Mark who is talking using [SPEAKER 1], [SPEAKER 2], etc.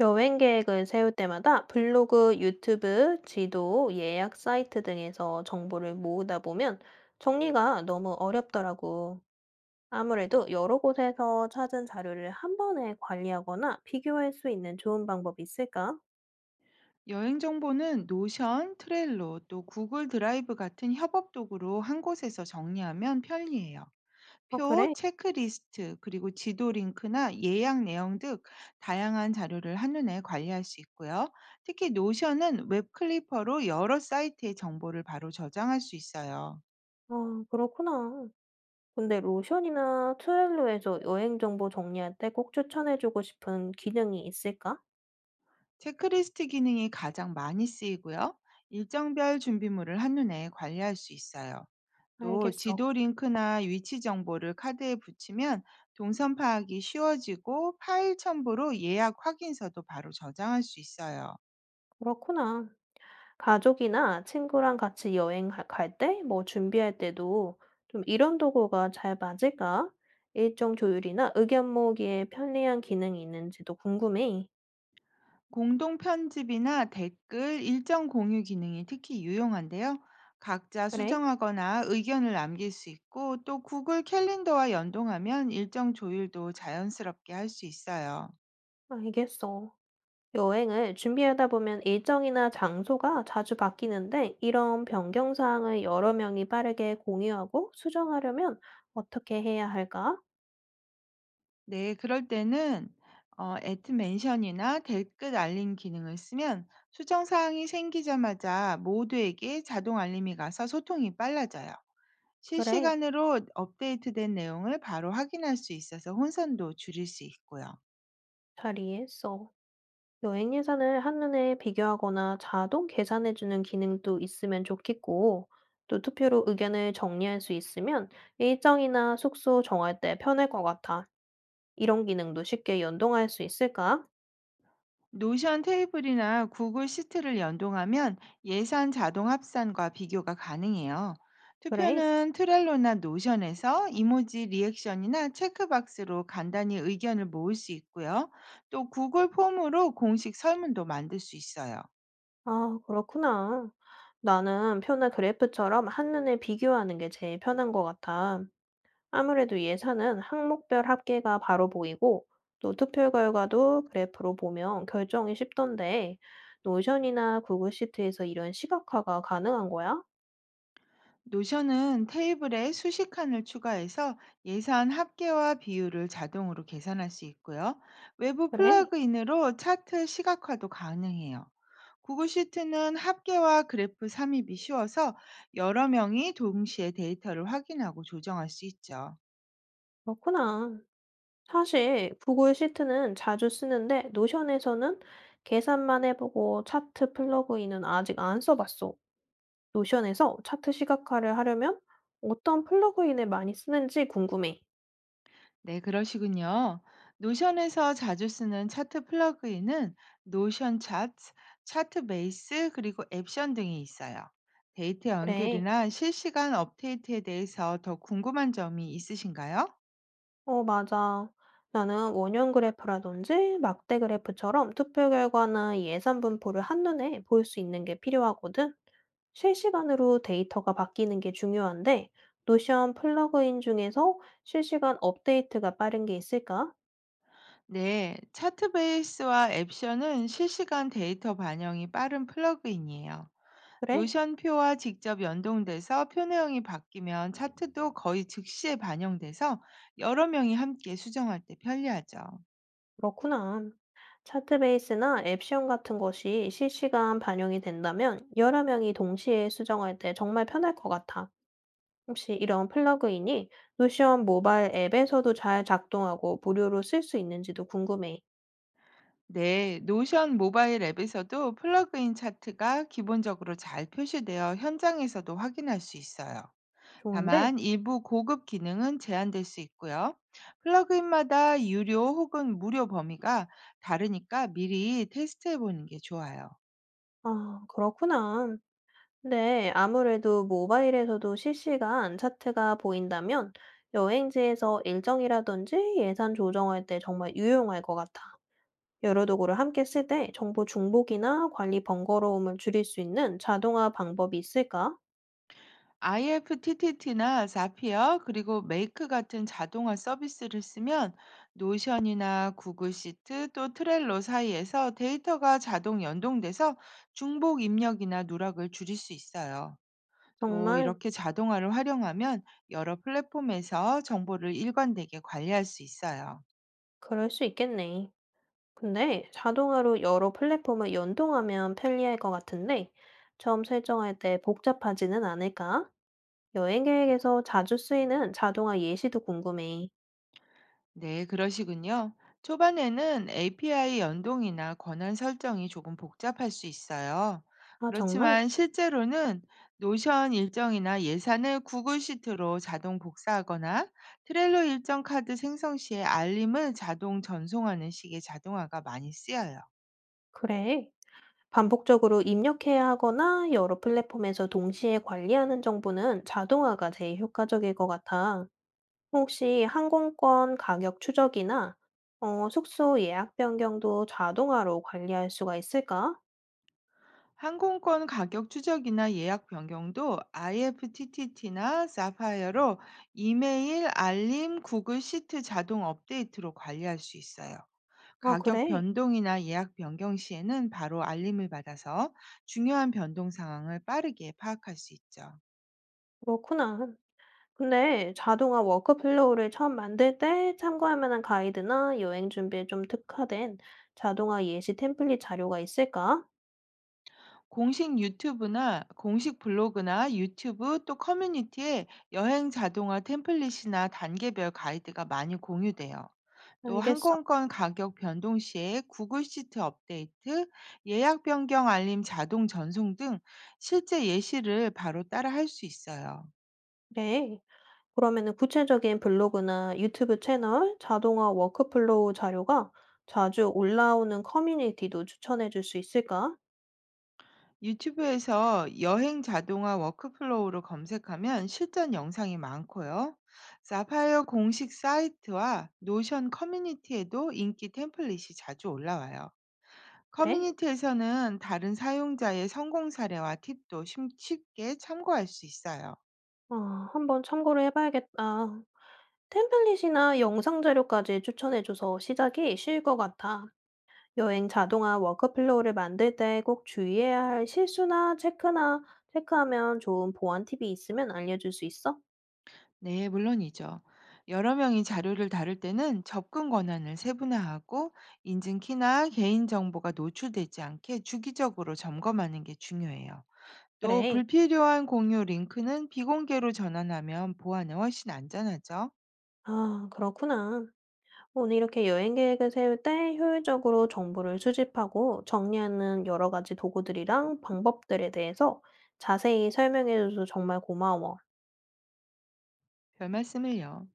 [SPEAKER 1] 여행 계획을 세울 때마다 블로그, 유튜브, 지도, 예약 사이트 등에서 정보를 모으다 보면 정리가 너무 어렵더라고. 아무래도 여러 곳에서 찾은 자료를 한 번에 관리하거나 비교할 수 있는 좋은 방법이 있을까?
[SPEAKER 2] 여행 정보는 노션, 트렐로, 또 구글 드라이브 같은 협업 도구로 한 곳에서 정리하면 편리해요.
[SPEAKER 1] 아,
[SPEAKER 2] 표,
[SPEAKER 1] 그래?
[SPEAKER 2] 체크리스트, 그리고 지도 링크나 예약 내용 등 다양한 자료를 한눈에 관리할 수 있고요. 특히 노션은 웹 클리퍼로 여러 사이트의 정보를 바로 저장할 수 있어요.
[SPEAKER 1] 아, 그렇구나. 근데 로션이나 트 e 로에서 여행 정보 정리할 때 꼭 추천해주고 싶은 기능이 있을까?
[SPEAKER 2] 체크리스트 기능이 가장 많이 쓰이고요. 일정별 준비물을 한눈에 관리할 수 있어요. 또
[SPEAKER 1] 알겠어.
[SPEAKER 2] 지도 링크나 위치 정보를 카드에 붙이면 동선 파악이 쉬워지고 파일 첨부로 예약 확인서도 바로 저장할 수 있어요.
[SPEAKER 1] 그렇구나. 가족이나 친구랑 같이 여행 갈 때, 뭐 준비할 때도 좀 이런 도구가 잘 맞을까? 일정 조율이나 의견 모으기에 편리한 기능이 있는지도 궁금해.
[SPEAKER 2] 공동 편집이나 댓글 일정 공유 기능이 특히 유용한데요. 각자
[SPEAKER 1] 그래?
[SPEAKER 2] 수정하거나 의견을 남길 수 있고 또 구글 캘린더와 연동하면 일정 조율도 자연스럽게 할 수 있어요.
[SPEAKER 1] 알겠어. 여행을 준비하다 보면 일정이나 장소가 자주 바뀌는데 이런 변경 사항을 여러 명이 빠르게 공유하고 수정하려면 어떻게 해야 할까?
[SPEAKER 2] 네, 그럴 때는 어, t i 멘션이나 댓글 알림 기능을 쓰면 수정 사항이 생기자마자 모두에게 자동 알림이 가서 소통이 빨라져요.
[SPEAKER 1] 그래,
[SPEAKER 2] 실시간으로 업데이트된 내용을 바로 확인할 수 있어서 혼선도 줄일 수 있고요.
[SPEAKER 1] 잘 이해했어. 여행 예산을 한눈에 비교하거나 자동 계산해주는 기능도 있으면 좋겠고, 또 투표로 의견을 정리할 수 있으면 일정이나 숙소 정할 때 편할 것 같아. 이런 기능도 쉽게 연동할 수 있을까?
[SPEAKER 2] 노션 테이블이나 구글 시트를 연동하면 예산 자동 합산과 비교가 가능해요.
[SPEAKER 1] 그래.
[SPEAKER 2] 투표는 트렐로나 노션에서 이모지 리액션이나 체크박스로 간단히 의견을 모을 수 있고요. 또 구글 폼으로 공식 설문도 만들 수 있어요.
[SPEAKER 1] 아, 그렇구나. 나는 표나 그래프처럼 한눈에 비교하는 게 제일 편한 것 같아. 아무래도 예산은 항목별 합계가 바로 보이고 또 투표 결과도 그래프로 보면 결정이 쉽던데 노션이나 구글 시트에서 이런 시각화가 가능한 거야?
[SPEAKER 2] 노션은 테이블에 수식 칸을 추가해서 예산 합계와 비율을 자동으로 계산할 수 있고요. 외부
[SPEAKER 1] 그래,
[SPEAKER 2] 플러그인으로 차트 시각화도 가능해요. 구글 시트는 합계와 그래프 삽입이 쉬워서 여러 명이 동시에 데이터를 확인하고 조정할 수 있죠.
[SPEAKER 1] 그렇구나. 사실 구글 시트는 자주 쓰는데 노션에서는 계산만 해보고 차트 플러그인은 아직 안 써봤어. 노션에서 차트 시각화를 하려면 어떤 플러그인을 많이 쓰는지 궁금해.
[SPEAKER 2] 네, 그러시군요. 노션에서 자주 쓰는 차트 플러그인은 노션 차트, 차트 베이스, 그리고 앱션 등이 있어요. 데이터
[SPEAKER 1] 그래.
[SPEAKER 2] 연결이나 실시간 업데이트에 대해서 더 궁금한 점이 있으신가요?
[SPEAKER 1] 맞아. 나는 원형 그래프라든지 막대 그래프처럼 투표 결과나 예산 분포를 한눈에 볼 수 있는 게 필요하거든. 실시간으로 데이터가 바뀌는 게 중요한데, 노션 플러그인 중에서 실시간 업데이트가 빠른 게 있을까?
[SPEAKER 2] 네, 차트 베이스와 앱션은 실시간 데이터 반영이 빠른 플러그인이에요.
[SPEAKER 1] 그래,
[SPEAKER 2] 노션 표와 직접 연동돼서 표 내용이 바뀌면 차트도 거의 즉시에 반영돼서 여러 명이 함께 수정할 때 편리하죠.
[SPEAKER 1] 그렇구나. 차트 베이스나 앱시온 같은 것이 실시간 반영이 된다면 여러 명이 동시에 수정할 때 정말 편할 것 같아. 혹시 이런 플러그인이 노션 모바일 앱에서도 잘 작동하고 무료로 쓸 수 있는지도 궁금해.
[SPEAKER 2] 네, 노션 모바일 앱에서도 플러그인 차트가 기본적으로 잘 표시되어 현장에서도 확인할 수 있어요.
[SPEAKER 1] 좋은데?
[SPEAKER 2] 다만 일부 고급 기능은 제한될 수 있고요. 플러그인마다 유료 혹은 무료 범위가 다르니까 미리 테스트해 보는 게 좋아요.
[SPEAKER 1] 아, 그렇구나. 근데 아무래도 모바일에서도 실시간 차트가 보인다면 여행지에서 일정이라든지 예산 조정할 때 정말 유용할 것 같아. 여러 도구를 함께 쓸 때 정보 중복이나 관리 번거로움을 줄일 수 있는 자동화 방법이 있을까?
[SPEAKER 2] IFTTT나 자피어 그리고 메이크 같은 자동화 서비스를 쓰면 노션이나 구글 시트 또 트렐로 사이에서 데이터가 자동 연동돼서 중복 입력이나 누락을 줄일 수 있어요. 또
[SPEAKER 1] 정말
[SPEAKER 2] 이렇게 자동화를 활용하면 여러 플랫폼에서 정보를 일관되게 관리할 수 있어요.
[SPEAKER 1] 그럴 수 있겠네. 근데 자동화로 여러 플랫폼을 연동하면 편리할 것 같은데, 처음 설정할 때 복잡하지는 않을까? 여행 계획에서 자주 쓰이는 자동화 예시도 궁금해.
[SPEAKER 2] 네, 그러시군요. 초반에는 API 연동이나 권한 설정이 조금 복잡할 수 있어요.
[SPEAKER 1] 아, 정말?
[SPEAKER 2] 그렇지만 실제로는 노션 일정이나 예산을 구글 시트로 자동 복사하거나 트렐로 일정 카드 생성 시에 알림을 자동 전송하는 식의 자동화가 많이 쓰여요.
[SPEAKER 1] 그래. 반복적으로 입력해야 하거나 여러 플랫폼에서 동시에 관리하는 정보는 자동화가 제일 효과적일 것 같아. 혹시 항공권 가격 추적이나 숙소 예약 변경도 자동화로 관리할 수가 있을까?
[SPEAKER 2] 항공권 가격 추적이나 예약 변경도 IFTTT나 사파이어로 이메일, 알림, 구글 시트 자동 업데이트로 관리할 수 있어요.
[SPEAKER 1] 아,
[SPEAKER 2] 가격
[SPEAKER 1] 그래.
[SPEAKER 2] 변동이나 예약 변경 시에는 바로 알림을 받아서 중요한 변동 상황을 빠르게 파악할 수 있죠.
[SPEAKER 1] 그렇구나. 근데 자동화 워크플로우를 처음 만들 때 참고할 만한 가이드나 여행 준비에 좀 특화된 자동화 예시 템플릿 자료가 있을까?
[SPEAKER 2] 공식 유튜브나 공식 블로그나 유튜브 또 커뮤니티에 여행 자동화 템플릿이나 단계별 가이드가 많이 공유돼요. 또
[SPEAKER 1] 알겠어.
[SPEAKER 2] 항공권 가격 변동 시에 구글 시트 업데이트, 예약 변경 알림 자동 전송 등 실제 예시를 바로 따라 할 수 있어요.
[SPEAKER 1] 그래. 그러면은 구체적인 블로그나 유튜브 채널, 자동화 워크플로우 자료가 자주 올라오는 커뮤니티도 추천해 줄 수 있을까?
[SPEAKER 2] 유튜브에서 여행 자동화 워크플로우로 검색하면 실전 영상이 많고요. 사파이어 공식 사이트와 노션 커뮤니티에도 인기 템플릿이 자주 올라와요.
[SPEAKER 1] 그래.
[SPEAKER 2] 커뮤니티에서는 다른 사용자의 성공 사례와 팁도 쉽게 참고할 수 있어요.
[SPEAKER 1] 아, 한번 참고를 해봐야겠다. 템플릿이나 영상 자료까지 추천해줘서 시작이 쉬울 것 같아. 여행 자동화 워크플로우를 만들 때 꼭 주의해야 할 실수나 체크나 체크하면 좋은 보안 팁이 있으면 알려줄 수 있어?
[SPEAKER 2] 네, 물론이죠. 여러 명이 자료를 다룰 때는 접근 권한을 세분화하고 인증키나 개인정보가 노출되지 않게 주기적으로 점검하는 게 중요해요. 또
[SPEAKER 1] 그래.
[SPEAKER 2] 불필요한 공유 링크는 비공개로 전환하면 보안에 훨씬 안전하죠.
[SPEAKER 1] 아, 그렇구나. 오늘 이렇게 여행 계획을 세울 때 효율적으로 정보를 수집하고 정리하는 여러 가지 도구들이랑 방법들에 대해서 자세히 설명해줘서 정말 고마워.
[SPEAKER 2] 별 말씀을요.